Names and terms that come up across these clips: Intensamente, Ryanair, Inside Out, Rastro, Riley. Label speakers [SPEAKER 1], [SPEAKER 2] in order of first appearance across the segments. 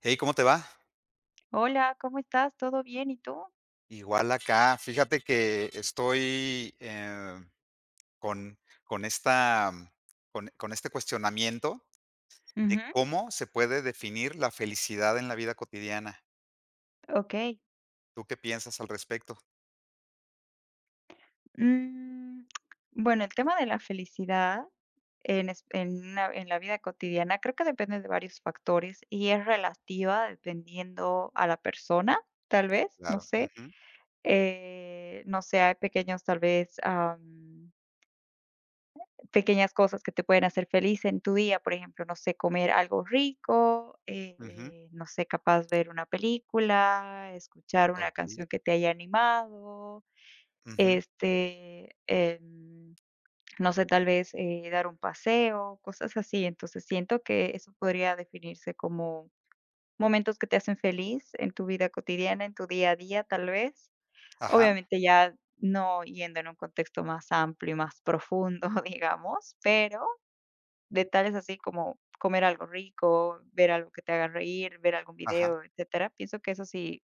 [SPEAKER 1] Hey, ¿cómo te va?
[SPEAKER 2] Hola, ¿cómo estás? ¿Todo bien? ¿Y tú?
[SPEAKER 1] Igual acá. Fíjate que estoy con, con esta, mm, con este cuestionamiento de
[SPEAKER 2] Ujú,
[SPEAKER 1] cómo se puede definir la felicidad en la vida cotidiana.
[SPEAKER 2] ok.
[SPEAKER 1] ¿Tú qué piensas al respecto?
[SPEAKER 2] Mm, bueno, el tema de la felicidad en, es- en una- en la vida cotidiana creo que depende de varios factores y es relativa dependiendo a la persona, tal vez, no
[SPEAKER 1] Claro.
[SPEAKER 2] sé.
[SPEAKER 1] Ujú,
[SPEAKER 2] No sé, hay pequeños tal vez pequeñas cosas que te pueden hacer feliz en tu día, por ejemplo, no sé, comer algo rico,
[SPEAKER 1] ujú,
[SPEAKER 2] no sé, capaz ver una película, escuchar una canción
[SPEAKER 1] ok,
[SPEAKER 2] que te haya animado,
[SPEAKER 1] ujú,
[SPEAKER 2] este, em, no sé, tal vez dar un paseo, cosas así. Entonces siento que eso podría definirse como momentos que te hacen feliz en tu vida cotidiana, en tu día a día, tal vez.
[SPEAKER 1] ajá,
[SPEAKER 2] Obviamente ya no yendo en un contexto más amplio y más profundo, digamos, pero detalles así como comer algo rico, ver algo que te haga reír, ver algún
[SPEAKER 1] ajá.
[SPEAKER 2] video, etcétera. Pienso que eso sí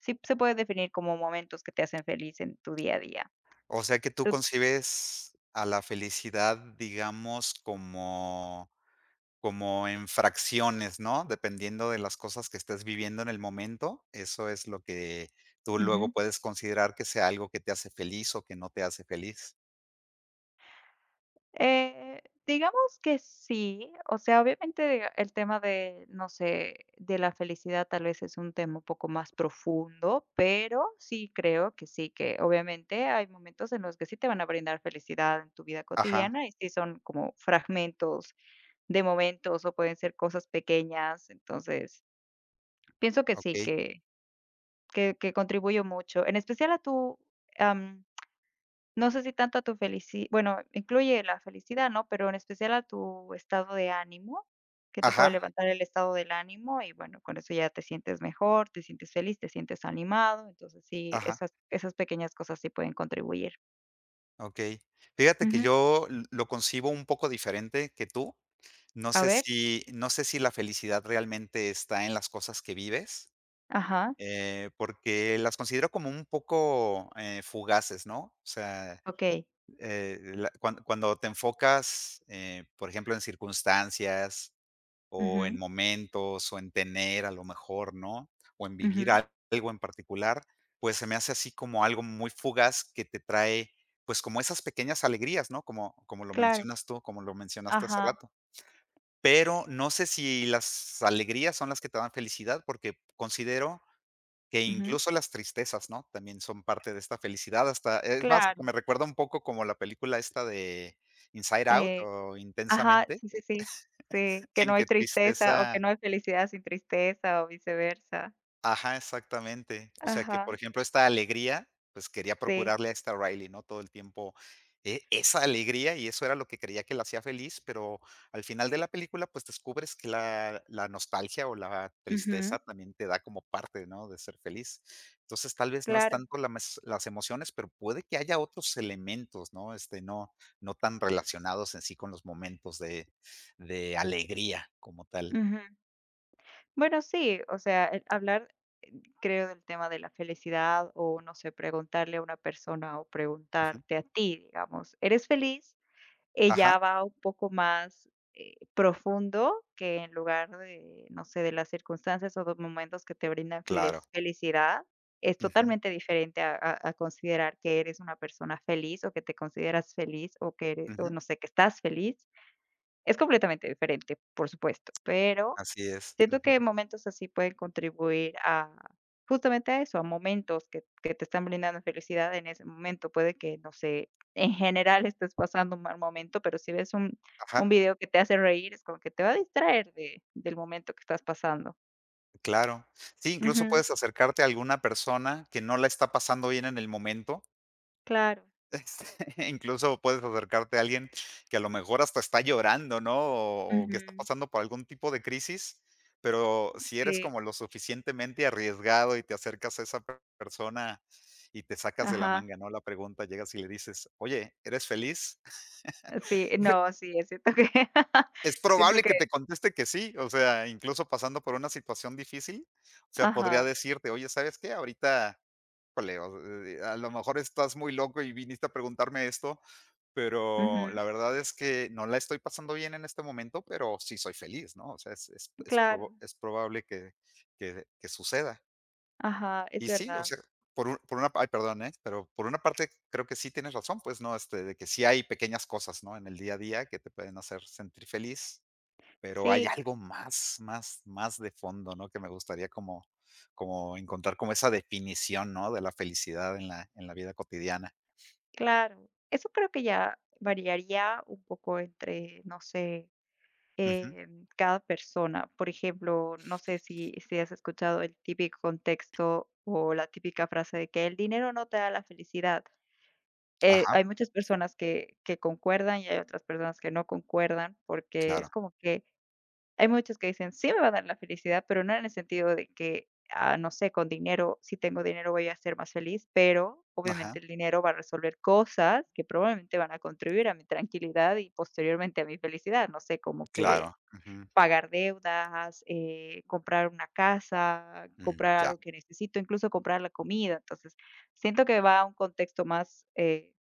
[SPEAKER 2] sí se puede definir como momentos que te hacen feliz en tu día a día.
[SPEAKER 1] O sea que tú
[SPEAKER 2] Tú
[SPEAKER 1] concibes a la felicidad, digamos, como como en fracciones, ¿no? Dependiendo de las cosas que estés viviendo en el momento, eso es lo que tú luego
[SPEAKER 2] ujú.
[SPEAKER 1] puedes considerar que sea algo que te hace feliz o que no te hace feliz.
[SPEAKER 2] Eh, digamos que sí, o sea, obviamente el tema de, no sé, de la felicidad tal vez es un tema un poco más profundo, pero sí creo que sí, que obviamente hay momentos en los que sí te van a brindar felicidad en tu vida
[SPEAKER 1] Ajá,
[SPEAKER 2] cotidiana y sí son como fragmentos de momentos o pueden ser cosas pequeñas, entonces pienso que sí,
[SPEAKER 1] okey.
[SPEAKER 2] que contribuyo mucho, en especial a tu... No sé si tanto a tu felici bueno, incluye la felicidad, ¿no? Pero en especial a tu estado de ánimo, que te puede
[SPEAKER 1] Ajá,
[SPEAKER 2] levantar el estado del ánimo y, bueno, con eso ya te sientes mejor, te sientes feliz, te sientes animado. Entonces, sí,
[SPEAKER 1] ajá,
[SPEAKER 2] esas pequeñas cosas sí pueden contribuir.
[SPEAKER 1] okey. Fíjate que
[SPEAKER 2] Ujú.
[SPEAKER 1] yo l lo concibo un poco diferente que tú.
[SPEAKER 2] A ver.
[SPEAKER 1] No sé si la felicidad realmente está en las cosas que vives,
[SPEAKER 2] Ajá.
[SPEAKER 1] porque las considero como un poco, fugaces, ¿no? O sea
[SPEAKER 2] Okey.
[SPEAKER 1] cuando te enfocas, por ejemplo, en circunstancias o en
[SPEAKER 2] Ujú,
[SPEAKER 1] momentos o en tener a lo mejor, ¿no? O en vivir
[SPEAKER 2] ujú.
[SPEAKER 1] algo en particular, pues se me hace así como algo muy fugaz que te trae, pues como esas pequeñas alegrías, ¿no? Como, como lo
[SPEAKER 2] Claro.
[SPEAKER 1] mencionas tú, como lo mencionaste hace
[SPEAKER 2] Ajá.
[SPEAKER 1] rato. Pero no sé si las alegrías son las que te dan felicidad, porque considero que
[SPEAKER 2] Ujú.
[SPEAKER 1] incluso las tristezas, ¿no? También son parte de esta felicidad, hasta es más, hasta
[SPEAKER 2] Claro.
[SPEAKER 1] me recuerda un poco como la película esta de Inside Out
[SPEAKER 2] Eh,
[SPEAKER 1] o
[SPEAKER 2] ajá,
[SPEAKER 1] Intensamente,
[SPEAKER 2] sí, sí, sí. Sí, que
[SPEAKER 1] en
[SPEAKER 2] no hay
[SPEAKER 1] que
[SPEAKER 2] tristeza o
[SPEAKER 1] tristeza
[SPEAKER 2] que no hay felicidad sin tristeza o viceversa.
[SPEAKER 1] ajá, exactamente. O sea que, por
[SPEAKER 2] Ajá.
[SPEAKER 1] ejemplo, esta alegría, pues, quería
[SPEAKER 2] Sí.
[SPEAKER 1] procurarle a esta Riley, ¿no? Todo el tiempo, esa alegría, y eso era lo que creía que la hacía feliz, pero al final de la película, pues, descubres que la nostalgia o la
[SPEAKER 2] Ujú.
[SPEAKER 1] tristeza también te da como parte, ¿no?, de ser feliz. Entonces, tal vez no es
[SPEAKER 2] Claro,
[SPEAKER 1] tanto la mes las emociones, pero puede que haya otros elementos, ¿no? Este, no tan relacionados en sí con los momentos de alegría como tal.
[SPEAKER 2] ujú. Bueno, sí, o sea, el hablar, eh, creo, del tema de la felicidad o, no sé, preguntarle a una persona o
[SPEAKER 1] Ujú.
[SPEAKER 2] preguntarte a ti, digamos, ¿eres feliz?
[SPEAKER 1] Ajá,
[SPEAKER 2] Ella va un poco más profundo que en lugar de, no sé, de las circunstancias o de momentos que te brindan
[SPEAKER 1] claro.
[SPEAKER 2] feles- felicidad. Es
[SPEAKER 1] Ujú,
[SPEAKER 2] totalmente diferente a considerar que eres una persona feliz o que te consideras feliz o que eres- o
[SPEAKER 1] ujú.
[SPEAKER 2] no sé, que estás feliz. Es completamente diferente, por supuesto, pero
[SPEAKER 1] Así es.
[SPEAKER 2] siento
[SPEAKER 1] Ujú.
[SPEAKER 2] que momentos así pueden contribuir a justamente a eso, a momentos que te están brindando felicidad en ese momento. Puede que, no sé, en general estés pasando un mal momento, pero si ves un
[SPEAKER 1] Ajá.
[SPEAKER 2] video que te hace reír, es como que te va a distraer de del momento que estás pasando.
[SPEAKER 1] Claro. Sí, incluso
[SPEAKER 2] Ujú,
[SPEAKER 1] puedes acercarte a alguna persona que no la está pasando bien en el momento.
[SPEAKER 2] claro.
[SPEAKER 1] Incluso puedes acercarte a alguien que a lo mejor hasta está llorando, ¿no? O que está
[SPEAKER 2] Ujú,
[SPEAKER 1] pasando por algún tipo de crisis, pero si eres
[SPEAKER 2] sí,
[SPEAKER 1] como lo suficientemente arriesgado y te acercas a esa persona y te sacas de la
[SPEAKER 2] ajá.
[SPEAKER 1] manga, ¿no? La pregunta, llegas y le dices, oye, ¿eres feliz?
[SPEAKER 2] Sí, no, sí, siento que
[SPEAKER 1] Es
[SPEAKER 2] siento
[SPEAKER 1] probable
[SPEAKER 2] que
[SPEAKER 1] que te conteste que sí, o sea, incluso pasando por una situación difícil, o sea, podría
[SPEAKER 2] ajá,
[SPEAKER 1] decirte: "Oye, ¿sabes qué? Ahorita, híjole, o a lo mejor estás muy loco y viniste a preguntarme esto, pero
[SPEAKER 2] ujú,
[SPEAKER 1] la verdad es que no la estoy pasando bien en este momento, pero sí soy feliz", ¿no? O sea,
[SPEAKER 2] claro,
[SPEAKER 1] es probable que suceda.
[SPEAKER 2] ajá, es
[SPEAKER 1] Y sí, o
[SPEAKER 2] verdad.
[SPEAKER 1] sea, por un por una ay, perdón, ¿eh? Pero por una parte creo que sí tienes razón, pues, ¿no? Este, de que sí hay pequeñas cosas, ¿no? En el día a día que te pueden hacer sentir feliz. Pero hay
[SPEAKER 2] Sí.
[SPEAKER 1] algo más de fondo, ¿no? Que me gustaría como como encontrar como esa definición, ¿no? De la felicidad en la vida cotidiana.
[SPEAKER 2] Claro, eso creo que ya variaría un poco entre, no sé,
[SPEAKER 1] Ujú.
[SPEAKER 2] cada persona. Por ejemplo, no sé si, si has escuchado el típico contexto o la típica frase de que el dinero no te da la felicidad. Hay
[SPEAKER 1] Ajá,
[SPEAKER 2] muchas personas que concuerdan y hay otras personas que no concuerdan porque
[SPEAKER 1] claro.
[SPEAKER 2] es como que hay muchos que dicen: "Sí me va a dar la felicidad", pero no en el sentido de que, ah, no sé, con dinero, si tengo dinero voy a ser más feliz, pero
[SPEAKER 1] Ajá,
[SPEAKER 2] obviamente el dinero va a resolver cosas que probablemente van a contribuir a mi tranquilidad y posteriormente a mi felicidad, no sé, como que
[SPEAKER 1] claro. Ujú.
[SPEAKER 2] pagar deudas, comprar una casa,
[SPEAKER 1] Mm,
[SPEAKER 2] comprar
[SPEAKER 1] ya.
[SPEAKER 2] algo que necesito, incluso comprar la comida. Entonces, siento que va a un contexto más,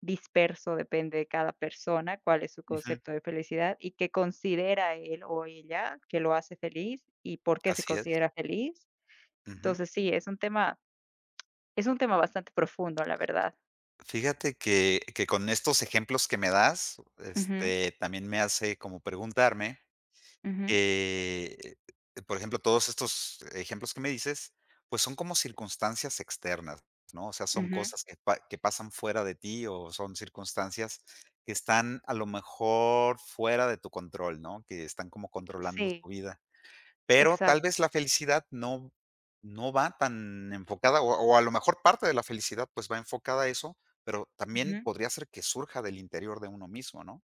[SPEAKER 2] disperso, depende de cada persona, cuál es su
[SPEAKER 1] Ujú.
[SPEAKER 2] concepto de felicidad y qué considera él o ella que lo hace feliz y por qué se
[SPEAKER 1] Así es.
[SPEAKER 2] considera feliz.
[SPEAKER 1] Ujú.
[SPEAKER 2] Entonces, sí, es un tema bastante profundo, la verdad.
[SPEAKER 1] Fíjate que con estos ejemplos que me das,
[SPEAKER 2] Ujú,
[SPEAKER 1] este, también me hace como preguntarme
[SPEAKER 2] ujú,
[SPEAKER 1] Eh, por ejemplo, todos estos ejemplos que me dices, pues, son como circunstancias externas, ¿no? O sea, son
[SPEAKER 2] ujú.
[SPEAKER 1] cosas que pa que pasan fuera de ti, o son circunstancias que están, a lo mejor, fuera de tu control, ¿no? Que están como controlando
[SPEAKER 2] Sí,
[SPEAKER 1] tu vida. Pero tal
[SPEAKER 2] exacto.
[SPEAKER 1] vez la felicidad no va tan enfocada, o a lo mejor parte de la felicidad, pues, va enfocada a eso, pero también
[SPEAKER 2] Ujú.
[SPEAKER 1] podría ser que surja del interior de uno mismo, ¿no?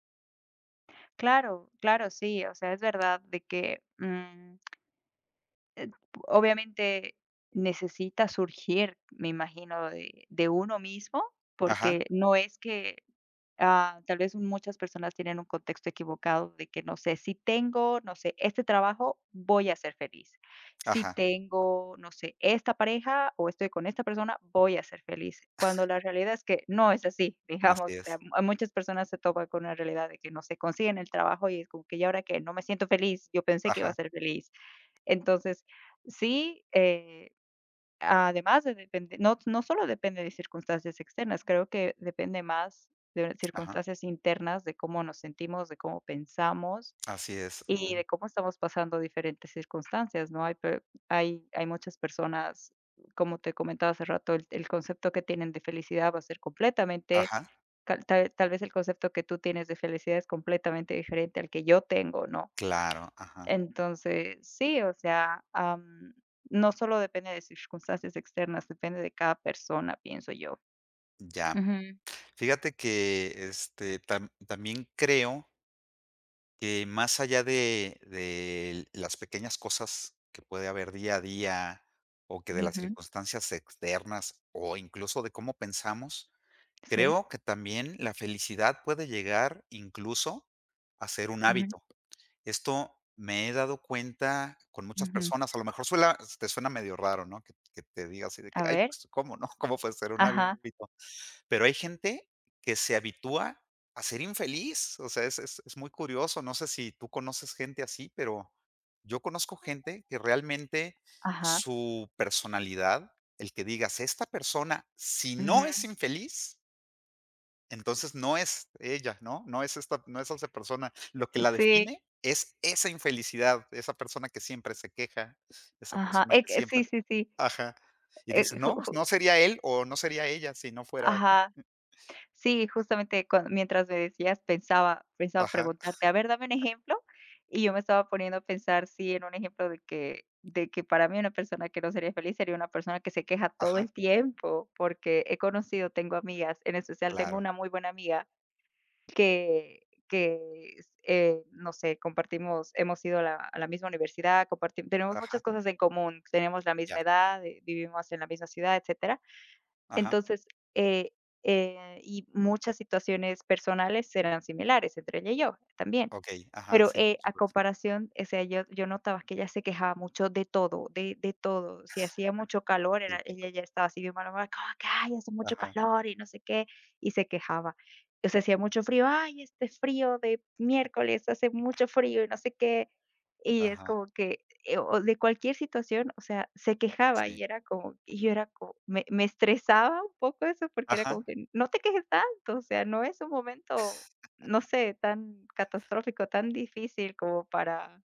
[SPEAKER 2] Claro, claro, sí, o sea, es verdad de que, obviamente necesita surgir, me imagino, de uno mismo,
[SPEAKER 1] Ajá,
[SPEAKER 2] porque no es que Ah, tal vez muchas personas tienen un contexto equivocado de que, no sé, si tengo, no sé, este trabajo, voy a ser feliz. Si
[SPEAKER 1] ajá,
[SPEAKER 2] tengo, no sé, esta pareja o estoy con esta persona, voy a ser feliz. Cuando la realidad es que no es así,
[SPEAKER 1] así
[SPEAKER 2] digamos, o sea,
[SPEAKER 1] es.
[SPEAKER 2] mu- a muchas personas se topan con una realidad de que no se consiguen el trabajo y es como que, ya ahora que No me siento feliz, yo pensé que iba a
[SPEAKER 1] Ajá,
[SPEAKER 2] ser feliz. Entonces, sí, además de depende no solo depende de circunstancias externas, creo que depende más de
[SPEAKER 1] ajá.
[SPEAKER 2] circunstancias internas, de cómo nos sentimos, de cómo pensamos
[SPEAKER 1] Así es.
[SPEAKER 2] y
[SPEAKER 1] Ujú.
[SPEAKER 2] de cómo estamos pasando diferentes circunstancias, ¿no? Hay pe hay muchas personas, como te comentaba hace rato, el concepto que tienen de felicidad va a ser completamente
[SPEAKER 1] Ajá.
[SPEAKER 2] cal- tal vez el concepto que tú tienes de felicidad es completamente diferente al que yo tengo, ¿no?
[SPEAKER 1] Claro, ajá.
[SPEAKER 2] Entonces, sí, o sea, am, no solo depende de circunstancias externas, depende de cada persona, pienso yo.
[SPEAKER 1] Ya.
[SPEAKER 2] Ujú,
[SPEAKER 1] Fíjate que, este, también creo que más allá de las pequeñas cosas que puede haber día a día, o que de las
[SPEAKER 2] ujú,
[SPEAKER 1] circunstancias externas, o incluso de cómo pensamos,
[SPEAKER 2] sí,
[SPEAKER 1] creo que también la felicidad puede llegar incluso a ser un
[SPEAKER 2] ujú,
[SPEAKER 1] hábito. Esto me he dado cuenta con muchas
[SPEAKER 2] ujú.
[SPEAKER 1] personas, a lo mejor suela te suena medio raro, ¿no? que te diga así de que:
[SPEAKER 2] A
[SPEAKER 1] "Ay,
[SPEAKER 2] ver,
[SPEAKER 1] pues, ¿cómo, no? ¿Cómo puede ser un
[SPEAKER 2] ajá,
[SPEAKER 1] hábito?". Pero hay gente que se habitúa a ser infeliz, o sea, es muy curioso, no sé si tú conoces gente así, pero yo conozco gente que realmente
[SPEAKER 2] ajá,
[SPEAKER 1] su personalidad, el que digas: "Esta persona, si no
[SPEAKER 2] ujú,
[SPEAKER 1] es infeliz, entonces, no es ella, ¿no? No es esta no es esa persona. Lo que la
[SPEAKER 2] sí,
[SPEAKER 1] define es esa infelicidad, esa persona que siempre se queja, esa
[SPEAKER 2] ajá,
[SPEAKER 1] persona que
[SPEAKER 2] que
[SPEAKER 1] siempre
[SPEAKER 2] sí, sí, sí,
[SPEAKER 1] ajá. Y dices:
[SPEAKER 2] ju
[SPEAKER 1] "No, pues,
[SPEAKER 2] ju
[SPEAKER 1] no sería él o no sería ella si no fuera así".
[SPEAKER 2] ajá. Sí, justamente cuan mientras me decías, pensaba
[SPEAKER 1] Ajá,
[SPEAKER 2] preguntarte, a ver, dame un ejemplo, y yo me estaba poniendo a pensar, sí, en un ejemplo de que para mí una persona que no sería feliz sería una persona que se queja todo
[SPEAKER 1] ajá,
[SPEAKER 2] el tiempo, porque he conocido, tengo amigas, en especial tengo
[SPEAKER 1] claro,
[SPEAKER 2] una muy buena amiga que no sé, compartimos hemos ido a la misma universidad, compartimos, tenemos
[SPEAKER 1] ajá,
[SPEAKER 2] muchas cosas en común, tenemos la
[SPEAKER 1] ya,
[SPEAKER 2] misma edad, vivimos en la misma ciudad, etcétera,
[SPEAKER 1] ajá,
[SPEAKER 2] entonces, eh, y muchas situaciones personales serán similares entre ella y yo también.
[SPEAKER 1] okey, ajá,
[SPEAKER 2] Pero,
[SPEAKER 1] sí, por
[SPEAKER 2] a
[SPEAKER 1] supuesto,
[SPEAKER 2] comparación, o sea, yo notaba que ella se quejaba mucho de todo, de todo. Si hacía mucho calor, era ella
[SPEAKER 1] típico.
[SPEAKER 2] ya estaba así de malhumorada, como que: "Ay, hace mucho
[SPEAKER 1] Ajá,
[SPEAKER 2] calor y no sé qué", y se quejaba. O sea, hacía mucho frío: "Ay, este frío de miércoles, hace mucho frío y no sé qué". Y es
[SPEAKER 1] ajá,
[SPEAKER 2] como que, o de cualquier situación, o sea, se quejaba
[SPEAKER 1] sí,
[SPEAKER 2] y era como y yo era como me estresaba un poco eso porque era
[SPEAKER 1] ajá,
[SPEAKER 2] como que: "No te quejes tanto, o sea, no es un momento no sé, tan catastrófico, tan difícil como para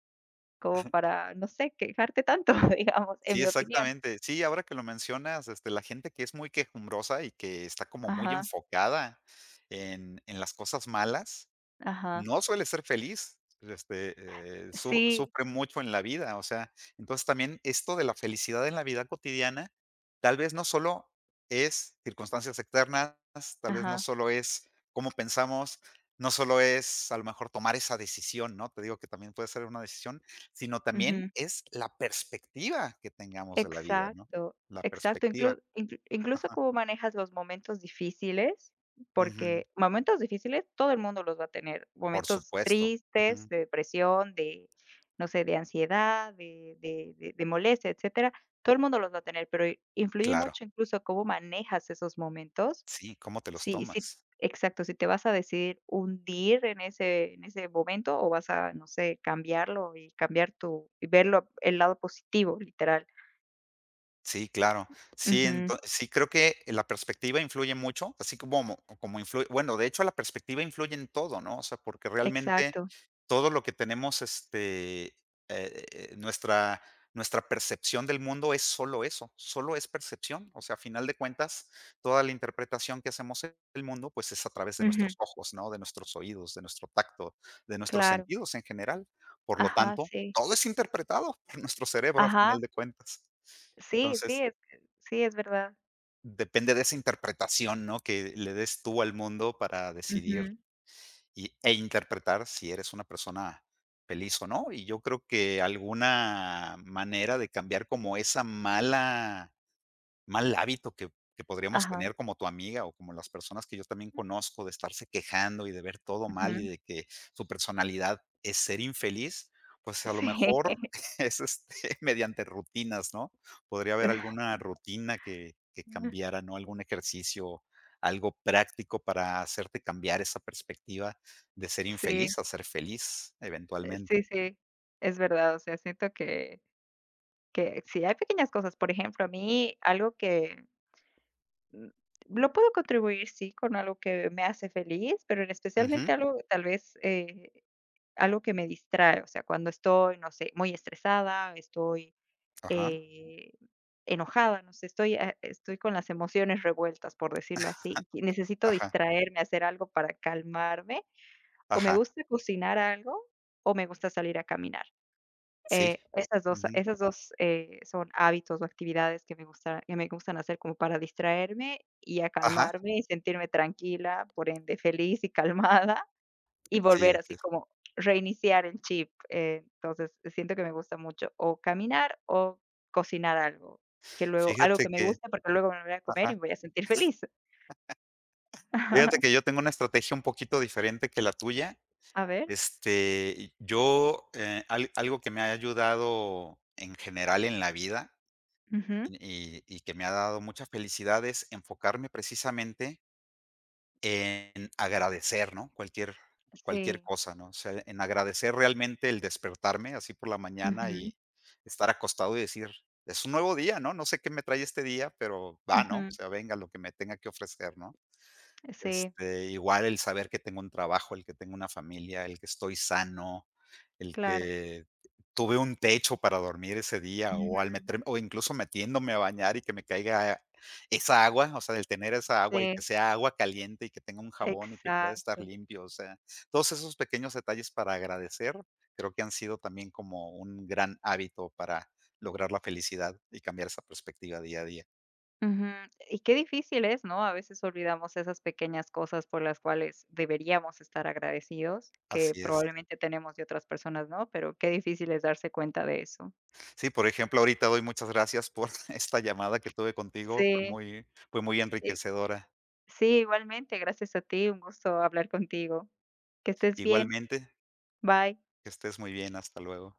[SPEAKER 2] no sé, quejarte tanto, digamos, en
[SPEAKER 1] sí,
[SPEAKER 2] mi opinión.
[SPEAKER 1] exactamente. Sí, ahora que lo mencionas, este, la gente que es muy quejumbrosa y que está como muy
[SPEAKER 2] Ajá,
[SPEAKER 1] enfocada en las cosas malas
[SPEAKER 2] ajá.
[SPEAKER 1] no suele ser feliz, este, su
[SPEAKER 2] Sí,
[SPEAKER 1] sufre mucho en la vida, o sea, entonces también esto de la felicidad en la vida cotidiana, tal vez no solo es circunstancias externas, tal vez no
[SPEAKER 2] ajá,
[SPEAKER 1] solo es cómo pensamos, no solo es a lo mejor tomar esa decisión, ¿no? Te digo que también puede ser una decisión, sino también es la perspectiva que tengamos de la vida, ¿no?
[SPEAKER 2] Exacto,
[SPEAKER 1] La
[SPEAKER 2] exacto.
[SPEAKER 1] perspectiva.
[SPEAKER 2] Incluso cómo manejas los momentos difíciles,
[SPEAKER 1] Ujú.
[SPEAKER 2] porque momentos difíciles todo el mundo los va a tener,
[SPEAKER 1] Por
[SPEAKER 2] momentos
[SPEAKER 1] supuesto.
[SPEAKER 2] tristes,
[SPEAKER 1] Ujú.
[SPEAKER 2] de depresión, de, no sé, de ansiedad, de molestia, etcétera, todo el mundo los va a tener, pero i- influye
[SPEAKER 1] Claro.
[SPEAKER 2] mucho incluso cómo manejas esos momentos.
[SPEAKER 1] Sí, ¿cómo te los
[SPEAKER 2] Sí, sí.
[SPEAKER 1] tomas?
[SPEAKER 2] Exacto, si te vas a decidir hundir en ese momento o vas a, no sé, cambiarlo y cambiar tu y verlo el lado positivo, literal.
[SPEAKER 1] Sí, claro. Sí,
[SPEAKER 2] Ujú.
[SPEAKER 1] ento sí, creo que la perspectiva influye mucho, así como como influye bueno, de hecho, la perspectiva influye en todo, ¿no? O sea, porque realmente
[SPEAKER 2] Exacto.
[SPEAKER 1] todo lo que tenemos, este, nuestra percepción del mundo es solo eso, solo es percepción. O sea, a final de cuentas, toda la interpretación que hacemos del mundo, pues, es a través de
[SPEAKER 2] Ujú,
[SPEAKER 1] nuestros ojos, ¿no? De nuestros oídos, de nuestro tacto, de nuestros
[SPEAKER 2] claro.
[SPEAKER 1] sentidos en general. Por lo
[SPEAKER 2] Ajá,
[SPEAKER 1] tanto,
[SPEAKER 2] sí.
[SPEAKER 1] todo es interpretado por nuestro cerebro, a
[SPEAKER 2] Ajá.
[SPEAKER 1] final de cuentas.
[SPEAKER 2] Sí,
[SPEAKER 1] Entonces,
[SPEAKER 2] sí, es verdad.
[SPEAKER 1] depende de esa interpretación, ¿no? Que le des tú al mundo para decidir
[SPEAKER 2] Ujú.
[SPEAKER 1] e interpretar si eres una persona feliz o no. Y yo creo que alguna manera de cambiar como esa mal hábito que podríamos
[SPEAKER 2] Ajá,
[SPEAKER 1] tener como tu amiga o como las personas que yo también conozco de estarse quejando y de ver todo mal y
[SPEAKER 2] ujú.
[SPEAKER 1] de que su personalidad es ser infeliz, pues a lo
[SPEAKER 2] Sí.
[SPEAKER 1] mejor es, este, mediante rutinas, ¿no? Podría haber alguna rutina que cambiara, ¿no? Algún ejercicio, algo práctico para hacerte cambiar esa perspectiva de ser
[SPEAKER 2] Sí,
[SPEAKER 1] infeliz a ser feliz eventualmente.
[SPEAKER 2] sí, sí, es verdad. O sea, siento que sí hay pequeñas cosas. Por ejemplo, a mí algo que, mm, lo puedo contribuir, sí, con algo que me hace feliz, pero en
[SPEAKER 1] Ujú.
[SPEAKER 2] especialmente algo, tal vez, algo que me distrae. O sea, cuando estoy, no sé, muy estresada, estoy
[SPEAKER 1] Ajá,
[SPEAKER 2] eh, enojada, no sé, estoy, ah, estoy con las emociones revueltas, por decirlo así, y necesito
[SPEAKER 1] ajá,
[SPEAKER 2] distraerme, hacer algo para calmarme, o me
[SPEAKER 1] ajá.
[SPEAKER 2] gusta cocinar algo, o me gusta salir a caminar.
[SPEAKER 1] Sí. Ujú.
[SPEAKER 2] Esas dos son hábitos o actividades que me gustan hacer como para distraerme y
[SPEAKER 1] Ajá.
[SPEAKER 2] acalmarme y sentirme tranquila, por ende feliz y calmada y
[SPEAKER 1] Sí,
[SPEAKER 2] volver
[SPEAKER 1] así
[SPEAKER 2] así
[SPEAKER 1] es.
[SPEAKER 2] como reiniciar el chip, entonces siento que me gusta mucho o caminar o cocinar algo, que luego algo
[SPEAKER 1] Fíjate
[SPEAKER 2] que me
[SPEAKER 1] que
[SPEAKER 2] gusta, porque luego me lo voy a comer
[SPEAKER 1] ajá.
[SPEAKER 2] y me voy a sentir feliz.
[SPEAKER 1] Fíjate que yo tengo una estrategia un poquito diferente que la tuya.
[SPEAKER 2] A ver,
[SPEAKER 1] Este, yo, al algo que me ha ayudado en general en la vida,
[SPEAKER 2] ujú,
[SPEAKER 1] y que me ha dado mucha felicidad es enfocarme precisamente en agradecer, ¿no? Cualquier cualquier
[SPEAKER 2] sí,
[SPEAKER 1] cosa, ¿no? O sea, en agradecer realmente el despertarme así por la mañana
[SPEAKER 2] ujú,
[SPEAKER 1] y estar acostado y decir: "Es un nuevo día, ¿no? No sé qué me trae este día, pero va, ¿no? O
[SPEAKER 2] ujú,
[SPEAKER 1] sea, venga lo que me tenga que ofrecer", ¿no?
[SPEAKER 2] sí,
[SPEAKER 1] Este, igual el saber que tengo un trabajo, el que tengo una familia, el que estoy sano, el
[SPEAKER 2] claro,
[SPEAKER 1] que tuve un techo para dormir ese día, o
[SPEAKER 2] ujú,
[SPEAKER 1] al meter o incluso metiéndome a bañar y que me caiga esa agua, o sea, el tener esa agua y que
[SPEAKER 2] sí,
[SPEAKER 1] sea agua caliente y que tenga un jabón y que pueda estar
[SPEAKER 2] exacto,
[SPEAKER 1] limpio, o sea, todos esos pequeños detalles para agradecer, creo que han sido también como un gran hábito para lograr la felicidad y cambiar esa perspectiva día a día.
[SPEAKER 2] ujú. Y qué difícil es, ¿no? A veces olvidamos esas pequeñas cosas por las cuales deberíamos estar agradecidos, que
[SPEAKER 1] Así es.
[SPEAKER 2] probablemente tenemos de otras personas, ¿no? Pero qué difícil es darse cuenta de eso.
[SPEAKER 1] Sí, por ejemplo, ahorita doy muchas gracias por esta llamada que tuve contigo,
[SPEAKER 2] Sí,
[SPEAKER 1] fue muy
[SPEAKER 2] y
[SPEAKER 1] enriquecedora.
[SPEAKER 2] sí, igualmente, gracias a ti, un gusto hablar contigo. Que estés bien,
[SPEAKER 1] Igualmente,
[SPEAKER 2] bye.
[SPEAKER 1] que estés muy bien, hasta luego.